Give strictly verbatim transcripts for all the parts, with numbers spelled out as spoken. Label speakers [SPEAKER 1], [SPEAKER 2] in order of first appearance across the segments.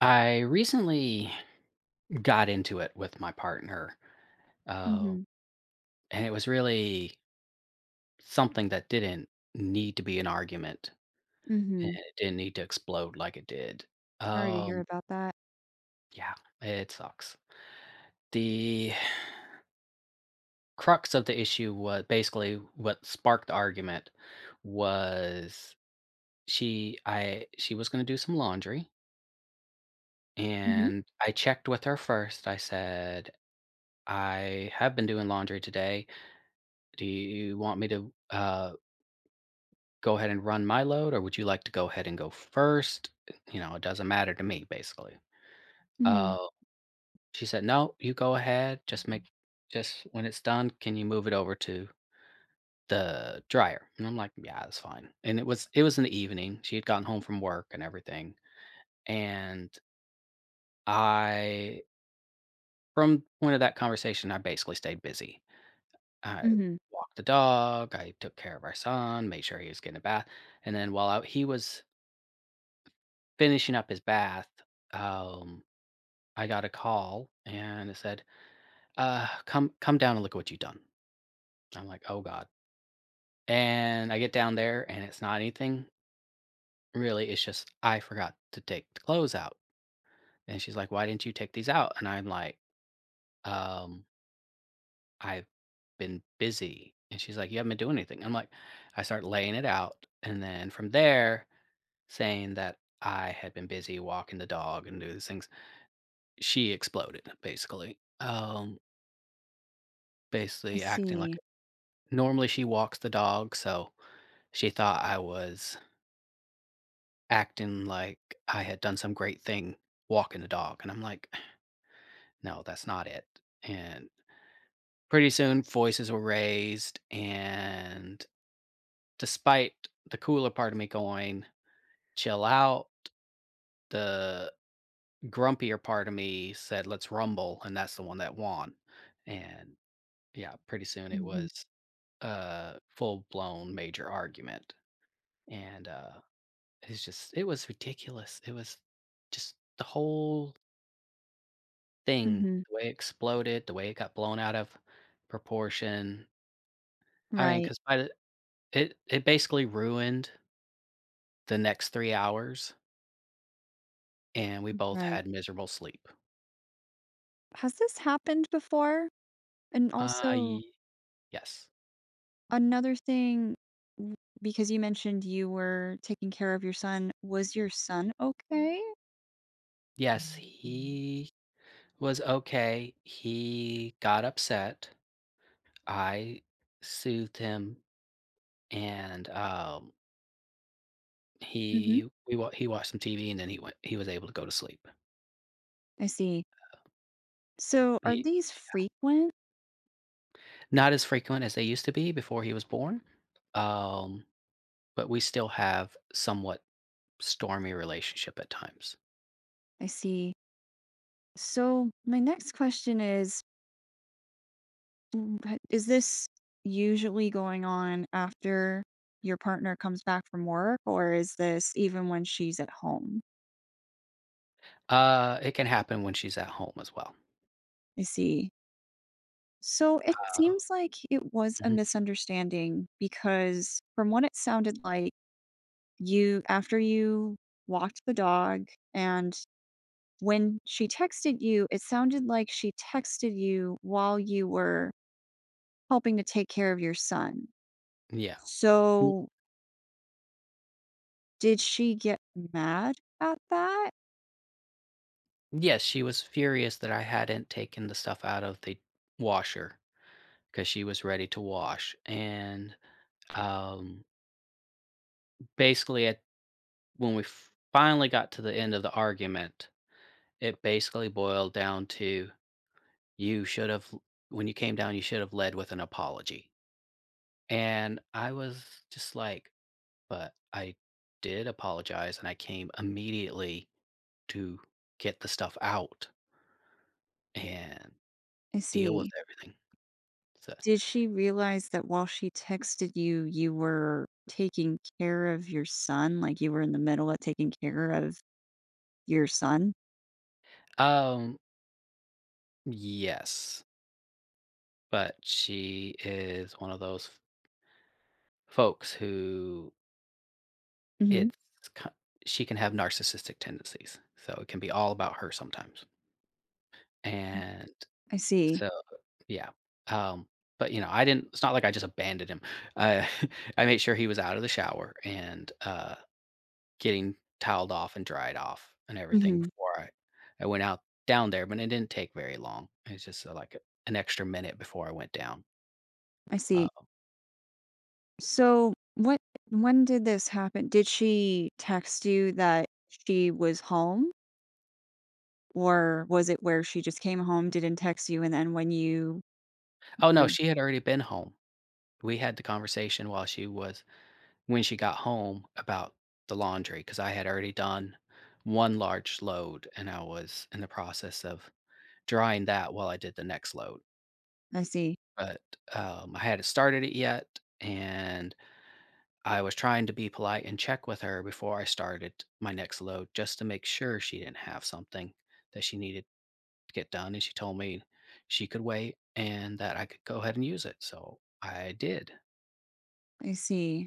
[SPEAKER 1] I recently got into it with my partner, uh,
[SPEAKER 2] Mhm,
[SPEAKER 1] and it was really something that didn't need to be an argument, and
[SPEAKER 2] mhm.
[SPEAKER 1] it didn't need to explode like it did.
[SPEAKER 2] Sorry to hear
[SPEAKER 1] Um,
[SPEAKER 2] about that.
[SPEAKER 1] yeah, it sucks. The crux of the issue was basically what sparked the argument was she I she was going to do some laundry,
[SPEAKER 2] Mhm,
[SPEAKER 1] and I checked with her first. I said, "I have been doing laundry today. Do you want me to uh, go ahead and run my load, or would you like to go ahead and go first? You know, it doesn't matter to me, basically."
[SPEAKER 2] mhm,
[SPEAKER 1] Uh, she said, "No, you go ahead. Just make, just when it's done, can you move it over to the dryer?" And I'm like, "Yeah, that's fine." And it was, it was in the evening. She had gotten home from work and everything. And I, from the point of that conversation, I basically stayed busy. I
[SPEAKER 2] mhm.
[SPEAKER 1] walked the dog. I took care of our son, made sure he was getting a bath. And then while out, he was finishing up his bath, um, I got a call and it said, "Uh, come come down and look at what you've done." I'm like, "Oh god." And I get down there and it's not anything really. It's just I forgot to take the clothes out. And she's like, "Why didn't you take these out?" And I'm like, "Um, I've been busy." And she's like, "You haven't been doing anything." I'm like, I start laying it out and then from there saying that I had been busy walking the dog and doing these things. She exploded basically. Um
[SPEAKER 2] I
[SPEAKER 1] Basically acting like,
[SPEAKER 2] see.
[SPEAKER 1] normally she walks the dog, so she thought I was acting like I had done some great thing walking the dog, and I'm like, "No, that's not it." And pretty soon, voices were raised, and despite the cooler part of me going, "Chill out," the grumpier part of me said, "Let's rumble," and that's the one that won. And, yeah, pretty soon it
[SPEAKER 2] Mhm,
[SPEAKER 1] was a full-blown major argument. And uh it's just it was ridiculous. It was just the whole thing,
[SPEAKER 2] mhm.
[SPEAKER 1] the way it exploded, the way it got blown out of proportion. I mean,
[SPEAKER 2] Right,
[SPEAKER 1] 'cause by the it it basically ruined the next three hours, and we both
[SPEAKER 2] right.
[SPEAKER 1] had miserable sleep.
[SPEAKER 2] Has this happened before? And
[SPEAKER 1] Uh,
[SPEAKER 2] also
[SPEAKER 1] ye Yes.
[SPEAKER 2] another thing, w because you mentioned you were taking care of your son, was your son okay?
[SPEAKER 1] Yes, he was okay. He got upset. I soothed him, and, um,
[SPEAKER 2] Mhm.
[SPEAKER 1] he we wa he watched some T V, and then he went he was able to go to sleep.
[SPEAKER 2] I see. So, are
[SPEAKER 1] He
[SPEAKER 2] these frequent?
[SPEAKER 1] Not as frequent as they used to be before he was born, um, but we still have somewhat stormy relationship at times.
[SPEAKER 2] I see. So, my next question is, Mm, but is this usually going on after your partner comes back from work, or is this even when she's at home?
[SPEAKER 1] Uh, it can happen when she's at home as well.
[SPEAKER 2] I see. So it
[SPEAKER 1] Uh,
[SPEAKER 2] seems like it was a
[SPEAKER 1] mhm,
[SPEAKER 2] misunderstanding because, from what it sounded like, you after you walked the dog and when she texted you, it sounded like she texted you while you were helping to take care of your son.
[SPEAKER 1] yeah. Mm,
[SPEAKER 2] So, did she get mad at that?
[SPEAKER 1] yes, she was furious that I hadn't taken the stuff out of the washer because she was ready to wash. And um, basically, at, when we finally got to the end of the argument, it basically boiled down to, You should have When you came down, you should have led with an apology." And I was just like, "But I did apologize, and I came immediately to get the stuff out and
[SPEAKER 2] I
[SPEAKER 1] deal with
[SPEAKER 2] see.
[SPEAKER 1] everything." So
[SPEAKER 2] Did she realize that while she texted you, you were taking care of your son? Like you were in the middle of taking care of your son?
[SPEAKER 1] um, yes, but she is one of those f folks who,
[SPEAKER 2] Hmm.
[SPEAKER 1] it's ki she can have narcissistic tendencies, so it can be all about her sometimes. And
[SPEAKER 2] I see.
[SPEAKER 1] So, yeah, um, but, you know, I didn't it's not like I just abandoned him. I I made sure he was out of the shower and, uh, getting toweled off and dried off and everything
[SPEAKER 2] Hmm.
[SPEAKER 1] before I I went out down there, but it didn't take very long. It's just, uh, like, an extra minute before I went down.
[SPEAKER 2] I see.
[SPEAKER 1] Uh
[SPEAKER 2] So what when did this happen? Did she text you that she was home? Or was it where she just came home, didn't text you, and then when you
[SPEAKER 1] oh, no,
[SPEAKER 2] were.
[SPEAKER 1] she had already been home. We had the conversation while she was when she got home about the laundry because I had already done one large load, and I was in the process of drawing that while I did the next load,
[SPEAKER 2] I see.
[SPEAKER 1] but, um, I hadn't started it yet, and I was trying to be polite and check with her before I started my next load just to make sure she didn't have something that she needed to get done, and she told me she could wait and that I could go ahead and use it, so I did.
[SPEAKER 2] I see.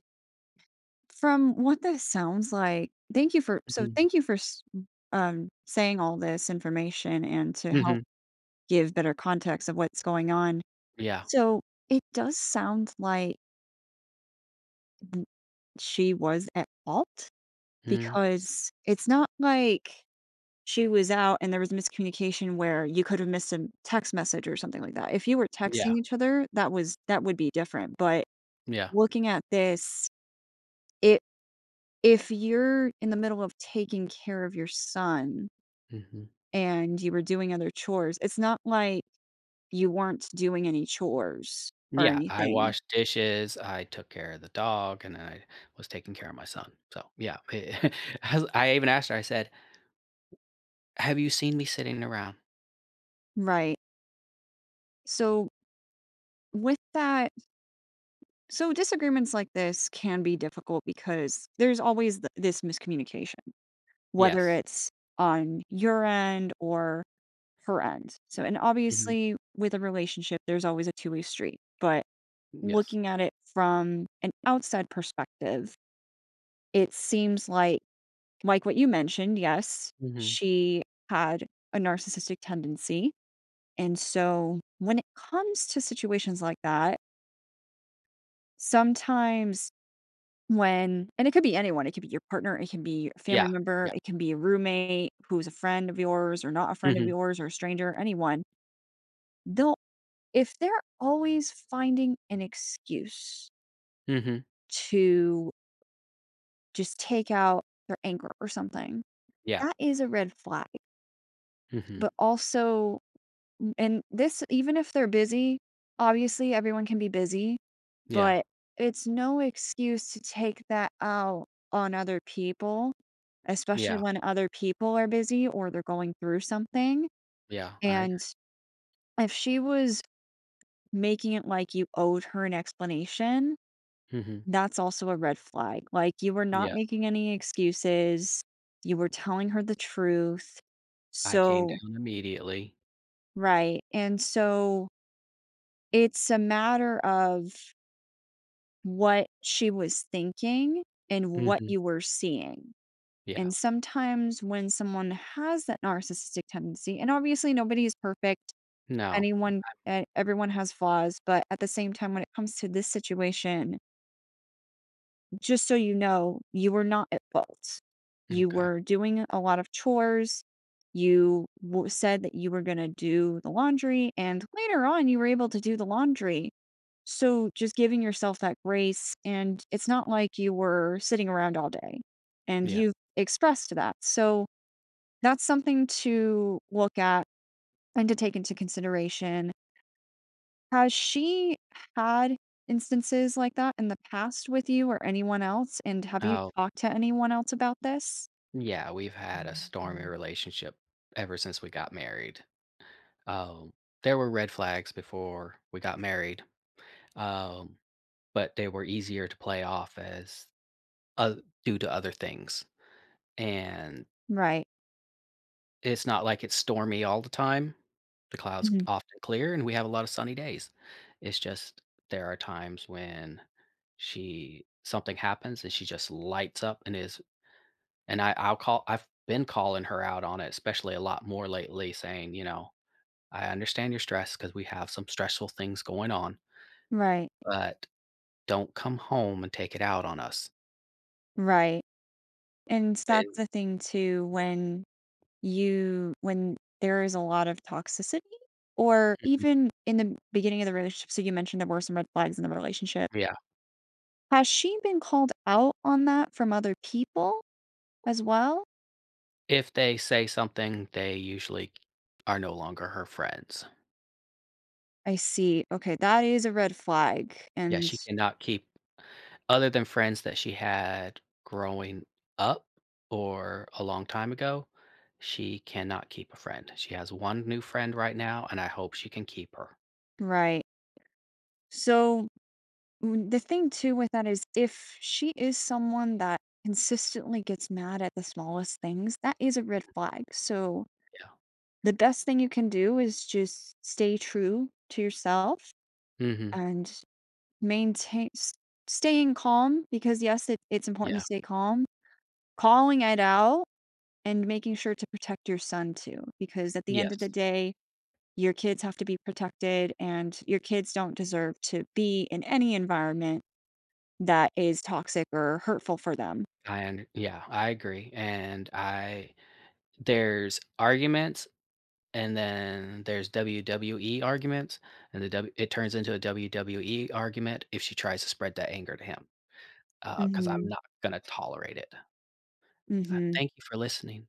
[SPEAKER 2] From what this sounds like, thank you for so
[SPEAKER 1] Mhm.
[SPEAKER 2] thank you for s um, saying all this information and to help
[SPEAKER 1] Mhm.
[SPEAKER 2] give better context of what's going on.
[SPEAKER 1] Yeah.
[SPEAKER 2] So, it does sound like she was at fault,
[SPEAKER 1] Mhm.
[SPEAKER 2] because it's not like she was out and there was miscommunication where you could have missed a text message or something like that. If you were
[SPEAKER 1] Yeah.
[SPEAKER 2] texting each other, that was that would be different, but
[SPEAKER 1] Yeah.
[SPEAKER 2] looking at this, it if you're in the middle of taking care of your son,
[SPEAKER 1] Mhm.
[SPEAKER 2] and you were doing other chores. It's not like you weren't doing any chores or
[SPEAKER 1] Yeah, I
[SPEAKER 2] anything.
[SPEAKER 1] washed dishes, I took care of the dog, and I was taking care of my son, so, yeah, I even asked her, I said, "Have you seen me sitting around?"
[SPEAKER 2] Right. So with that so disagreements like this can be difficult, because there's always th this miscommunication, whether
[SPEAKER 1] Yes.
[SPEAKER 2] it's on your end or her end. So, and
[SPEAKER 1] Mhm.
[SPEAKER 2] obviously with a relationship, there's always a two-way street, but
[SPEAKER 1] Yes.
[SPEAKER 2] looking at it from an outside perspective, it seems like Like what you mentioned, yes,
[SPEAKER 1] Mhm.
[SPEAKER 2] she had a narcissistic tendency. And so when it comes to situations like that, sometimes when, and it could be anyone, it could be your partner, it can be a
[SPEAKER 1] Yeah.
[SPEAKER 2] family member,
[SPEAKER 1] Yeah.
[SPEAKER 2] it can be a roommate who's a friend of yours or not a friend of
[SPEAKER 1] Mhm.
[SPEAKER 2] yours or a stranger, anyone, they'll, if they're always finding an excuse
[SPEAKER 1] Mhm.
[SPEAKER 2] to just take out their anger or something,
[SPEAKER 1] Yeah.
[SPEAKER 2] that is a red flag.
[SPEAKER 1] Mhm.
[SPEAKER 2] But also, Mm, and this even if they're busy, obviously everyone can be busy,
[SPEAKER 1] Yeah.
[SPEAKER 2] but it's no excuse to take that out on other people, especially
[SPEAKER 1] Yeah.
[SPEAKER 2] when other people are busy or they're going through something,
[SPEAKER 1] Yeah. I agree.
[SPEAKER 2] and if she was making it like you owed her an explanation,
[SPEAKER 1] Mhm.
[SPEAKER 2] that's also a red flag. Like, you were not
[SPEAKER 1] Yeah.
[SPEAKER 2] making any excuses, you were telling her the truth.
[SPEAKER 1] I came
[SPEAKER 2] So
[SPEAKER 1] down immediately.
[SPEAKER 2] Right, and so it's a matter of what she was thinking and what
[SPEAKER 1] Mhm.
[SPEAKER 2] you were seeing.
[SPEAKER 1] Yeah.
[SPEAKER 2] And sometimes when someone has that narcissistic tendency, and obviously nobody is perfect,
[SPEAKER 1] No.
[SPEAKER 2] anyone e everyone has flaws, but at the same time, when it comes to this situation, just so you know, you were not at fault. You
[SPEAKER 1] Okay.
[SPEAKER 2] were doing a lot of chores. You w said that you were gonna do the laundry, and later on, you were able to do the laundry. So just giving yourself that grace, and it's not like you were sitting around all day, and
[SPEAKER 1] Yeah.
[SPEAKER 2] you've expressed that. So that's something to look at and to take into consideration. Has she had instances like that in the past with you or anyone else? And have you
[SPEAKER 1] Oh,
[SPEAKER 2] talked to anyone else about this?
[SPEAKER 1] yeah, we've had a stormy relationship ever since we got married. Um, there were red flags before we got married, um, but they were easier to play off as, uh, due to other things. And
[SPEAKER 2] Right.
[SPEAKER 1] It's not like it's stormy all the time. The clouds
[SPEAKER 2] Mhm.
[SPEAKER 1] often clear, and we have a lot of sunny days. It's just there are times when, she something happens and she just lights up, and is and I I'll call I've been calling her out on it, especially a lot more lately, saying, you know, I understand your stress because we have some stressful things going on,
[SPEAKER 2] Right.
[SPEAKER 1] but don't come home and take it out on us.
[SPEAKER 2] Right. And that's
[SPEAKER 1] And
[SPEAKER 2] the thing too, when you when there is a lot of toxicity or
[SPEAKER 1] Mhm.
[SPEAKER 2] even in the beginning of the relationship. So you mentioned there were some red flags in the relationship.
[SPEAKER 1] Yeah,
[SPEAKER 2] Has she been called out on that from other people as well?
[SPEAKER 1] if they say something, they usually are no longer her friends.
[SPEAKER 2] I see. Okay, that is a red flag.
[SPEAKER 1] Yeah,
[SPEAKER 2] And
[SPEAKER 1] she cannot keep, other than friends that she had growing up or a long time ago, she cannot keep a friend. She has one new friend right now, and I hope she can keep her.
[SPEAKER 2] right, so, mm, the thing too with that is, if she is someone that consistently gets mad at the smallest things, that is a red flag. So
[SPEAKER 1] Yeah.
[SPEAKER 2] the best thing you can do is just stay true to yourself.
[SPEAKER 1] Mhm.
[SPEAKER 2] And maintain s staying calm, because, yes, it it's important
[SPEAKER 1] Yeah.
[SPEAKER 2] to stay calm, calling it out, and making sure to protect your son too, because at the end of the
[SPEAKER 1] Yes.
[SPEAKER 2] day, your kids have to be protected, and your kids don't deserve to be in any environment that is toxic or hurtful for them.
[SPEAKER 1] I und Yeah, I agree, and I there's arguments, and then there's W W E arguments, and the W it turns into a W W E argument if she tries to spread that anger to him. Because 'Cause I'm
[SPEAKER 2] Mhm.
[SPEAKER 1] not gonna tolerate it. Uh,
[SPEAKER 2] Mhm.
[SPEAKER 1] thank you for listening.